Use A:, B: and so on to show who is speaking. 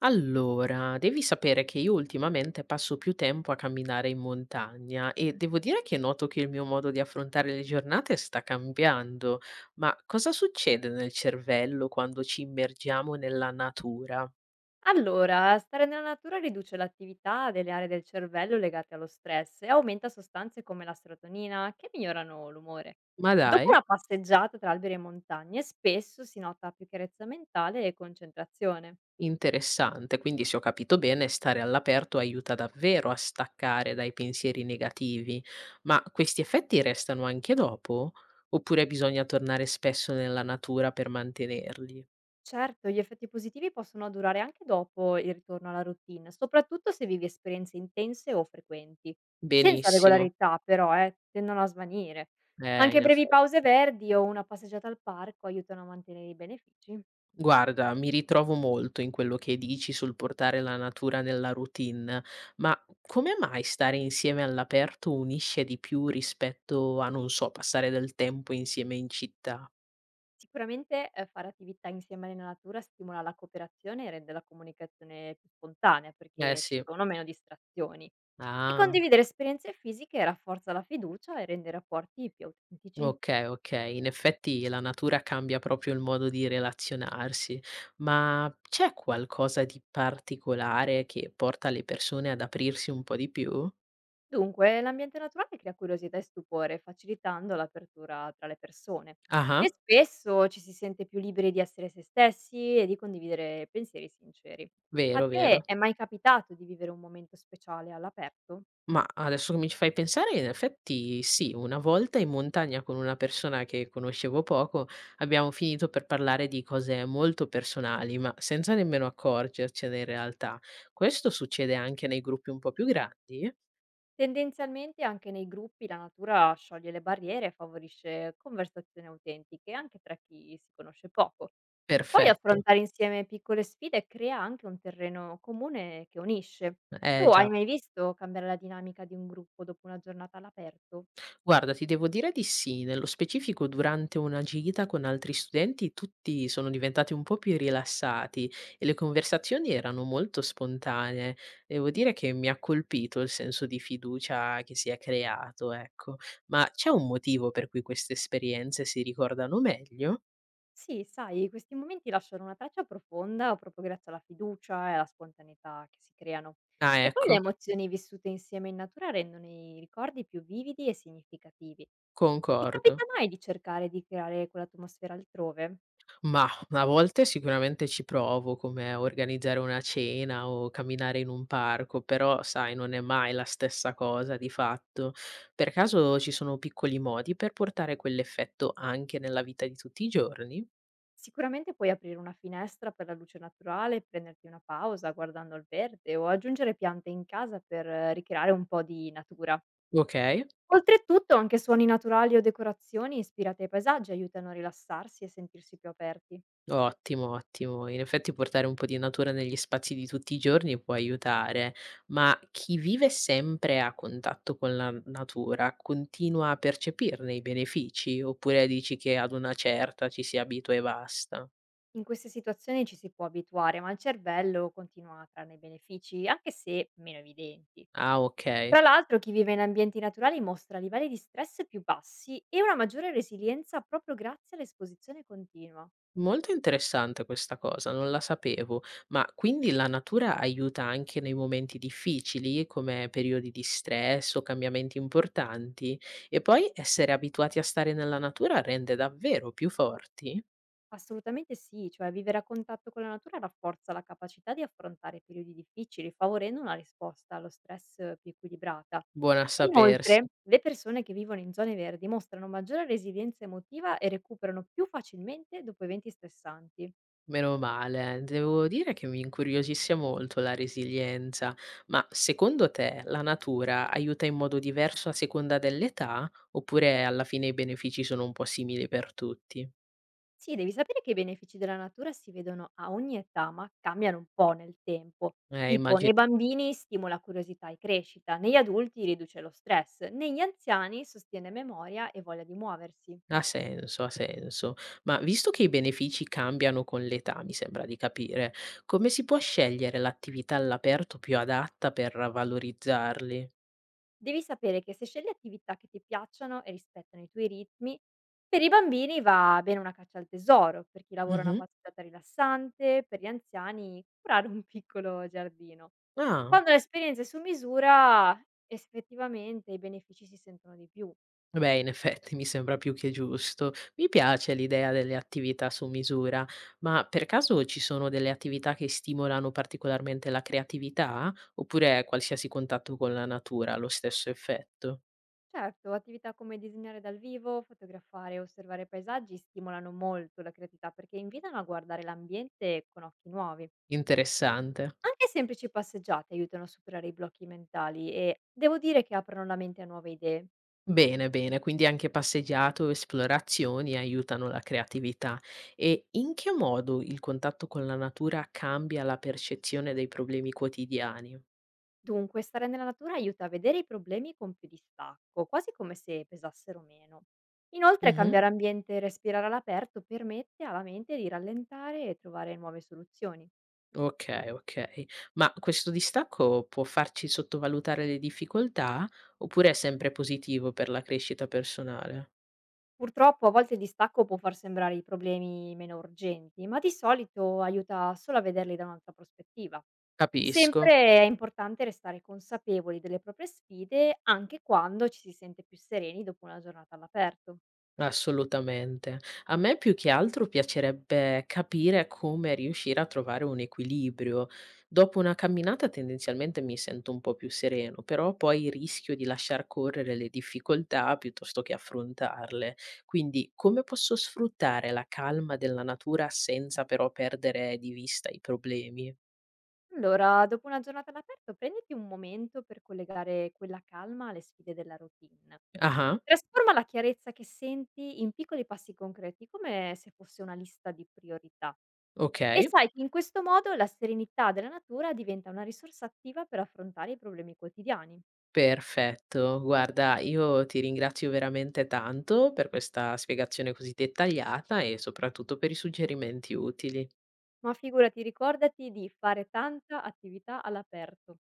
A: Allora, devi sapere che io ultimamente passo più tempo a camminare in montagna e devo dire che noto che il mio modo di affrontare le giornate sta cambiando. Ma cosa succede nel cervello quando ci immergiamo nella natura?
B: Allora, stare nella natura riduce l'attività delle aree del cervello legate allo stress e aumenta sostanze come la serotonina che migliorano l'umore.
A: Ma
B: Dopo
A: dai,
B: una passeggiata tra alberi e montagne, spesso si nota più chiarezza mentale e concentrazione.
A: interessante. Quindi, se ho capito bene, stare all'aperto aiuta davvero a staccare dai pensieri negativi. Ma questi effetti restano anche dopo? Oppure bisogna tornare spesso nella natura per mantenerli?
B: Certo, gli effetti positivi possono durare anche dopo il ritorno alla routine, soprattutto se vivi esperienze intense o frequenti. Senza
A: Benissimo.
B: regolarità, però, tendono a svanire. Anche
A: In
B: brevi
A: effe
B: pause verdi o una passeggiata al parco aiutano a mantenere i benefici.
A: guarda, mi ritrovo molto in quello che dici sul portare la natura nella routine, ma come mai stare insieme all'aperto unisce di più rispetto a, non so, passare del tempo insieme in città?
B: Sicuramente, fare attività insieme nella natura stimola la cooperazione e rende la comunicazione più spontanea,
A: Eh
B: perché ci
A: sì.
B: sono meno distrazioni. E
A: Ah,
B: condividere esperienze fisiche rafforza la fiducia e rende i rapporti più autentici.
A: okay, okay. In effetti la natura cambia proprio il modo di relazionarsi, ma c'è qualcosa di particolare che porta le persone ad aprirsi un po' di più?
B: Dunque, l'ambiente naturale crea curiosità e stupore, facilitando l'apertura tra le persone.
A: Ah-ah,
B: E spesso ci si sente più liberi di essere se stessi e di condividere pensieri sinceri. A
A: vero, vero.
B: te è mai capitato di vivere un momento speciale all'aperto?
A: Ma adesso che mi ci fai pensare, in effetti sì, una volta in montagna con una persona che conoscevo poco, abbiamo finito per parlare di cose molto personali, ma senza nemmeno accorgercene in realtà. Questo succede anche nei gruppi un po' più grandi?
B: Tendenzialmente anche nei gruppi la natura scioglie le barriere e favorisce conversazioni autentiche, anche tra chi si conosce poco. Poi
A: Perfetto.
B: affrontare insieme piccole sfide crea anche un terreno comune che unisce. Tu
A: Eh
B: hai
A: già.
B: mai visto cambiare la dinamica di un gruppo dopo una giornata all'aperto?
A: Guarda, ti devo dire di sì. Nello specifico durante una gita con altri studenti tutti sono diventati un po' più rilassati e le conversazioni erano molto spontanee. Devo dire che mi ha colpito il senso di fiducia che si è creato, ecco. Ma c'è un motivo per cui queste esperienze si ricordano meglio?
B: Sì, sai, questi momenti lasciano una traccia profonda proprio grazie alla fiducia e alla spontaneità che si creano.
A: Ah,
B: E poi le
A: ecco,
B: emozioni vissute insieme in natura rendono i ricordi più vividi e significativi. Ti
A: concordo.
B: capita mai di cercare di creare quell'atmosfera altrove?
A: Mah, a volte sicuramente ci provo, come organizzare una cena o camminare in un parco, però sai, non è mai la stessa cosa di fatto. Per caso ci sono piccoli modi per portare quell'effetto anche nella vita di tutti i giorni?
B: Sicuramente puoi aprire una finestra per la luce naturale, prenderti una pausa guardando il verde o aggiungere piante in casa per ricreare un po' di natura.
A: Ok.
B: Oltretutto, anche suoni naturali o decorazioni ispirate ai paesaggi aiutano a rilassarsi e sentirsi più aperti.
A: Ottimo, ottimo. In effetti portare un po' di natura negli spazi di tutti i giorni può aiutare, ma chi vive sempre a contatto con la natura continua a percepirne i benefici oppure dici che ad una certa ci si abitua e basta?
B: In queste situazioni ci si può abituare, ma il cervello continua a trarne benefici, anche se meno evidenti.
A: Ah, ok.
B: Tra l'altro chi vive in ambienti naturali mostra livelli di stress più bassi e una maggiore resilienza proprio grazie all'esposizione continua.
A: Molto interessante questa cosa, non la sapevo. Ma quindi la natura aiuta anche nei momenti difficili, come periodi di stress o cambiamenti importanti? E poi essere abituati a stare nella natura rende davvero più forti?
B: Assolutamente sì, cioè vivere a contatto con la natura rafforza la capacità di affrontare periodi difficili, favorendo una risposta allo stress più equilibrata.
A: Buona a
B: E
A: sapersi.
B: inoltre, le persone che vivono in zone verdi mostrano maggiore resilienza emotiva e recuperano più facilmente dopo eventi stressanti.
A: Meno male, devo dire che mi incuriosisce molto la resilienza, ma secondo te la natura aiuta in modo diverso a seconda dell'età oppure alla fine i benefici sono un po' simili per tutti?
B: Sì, devi sapere che i benefici della natura si vedono a ogni età, ma cambiano un po' nel tempo. Tipo,
A: Immagino.
B: nei bambini stimola curiosità e crescita, negli adulti riduce lo stress, negli anziani sostiene memoria e voglia di muoversi.
A: Ha senso, ha senso. Ma visto che i benefici cambiano con l'età, mi sembra di capire, come si può scegliere l'attività all'aperto più adatta per valorizzarli?
B: Devi sapere che se scegli attività che ti piacciono e rispettano i tuoi ritmi, per i bambini va bene una caccia al tesoro, per chi lavora una
A: Mhm.
B: passeggiata rilassante, per gli anziani curare un piccolo giardino.
A: Ah,
B: Quando l'esperienza è su misura, effettivamente i benefici si sentono di più.
A: beh, in effetti mi sembra più che giusto. Mi piace l'idea delle attività su misura, ma per caso ci sono delle attività che stimolano particolarmente la creatività? Oppure qualsiasi contatto con la natura ha lo stesso effetto?
B: Certo, attività come disegnare dal vivo, fotografare e osservare paesaggi stimolano molto la creatività perché invitano a guardare l'ambiente con occhi nuovi.
A: Interessante.
B: Anche semplici passeggiate aiutano a superare i blocchi mentali e devo dire che aprono la mente a nuove idee.
A: Bene, bene, quindi anche passeggiato o esplorazioni aiutano la creatività. E in che modo il contatto con la natura cambia la percezione dei problemi quotidiani?
B: Dunque, stare nella natura aiuta a vedere i problemi con più distacco, quasi come se pesassero meno. Inoltre,
A: Mhm.
B: cambiare ambiente e respirare all'aperto permette alla mente di rallentare e trovare nuove soluzioni.
A: Ok, ok. Ma questo distacco può farci sottovalutare le difficoltà oppure è sempre positivo per la crescita personale?
B: Purtroppo a volte il distacco può far sembrare i problemi meno urgenti, ma di solito aiuta solo a vederli da un'altra prospettiva.
A: Capisco.
B: Sempre è importante restare consapevoli delle proprie sfide anche quando ci si sente più sereni dopo una giornata all'aperto.
A: Assolutamente. A me più che altro piacerebbe capire come riuscire a trovare un equilibrio. Dopo una camminata tendenzialmente mi sento un po' più sereno, però poi rischio di lasciar correre le difficoltà piuttosto che affrontarle. Quindi come posso sfruttare la calma della natura senza però perdere di vista i problemi?
B: Allora, dopo una giornata all'aperto, prenditi un momento per collegare quella calma alle sfide della routine.
A: Ah,
B: Trasforma la chiarezza che senti in piccoli passi concreti, come se fosse una lista di priorità. E
A: ok.
B: sai che in questo modo la serenità della natura diventa una risorsa attiva per affrontare i problemi quotidiani.
A: Perfetto, guarda, io ti ringrazio veramente tanto per questa spiegazione così dettagliata e soprattutto per i suggerimenti utili.
B: Ma figurati, ricordati di fare tanta attività all'aperto.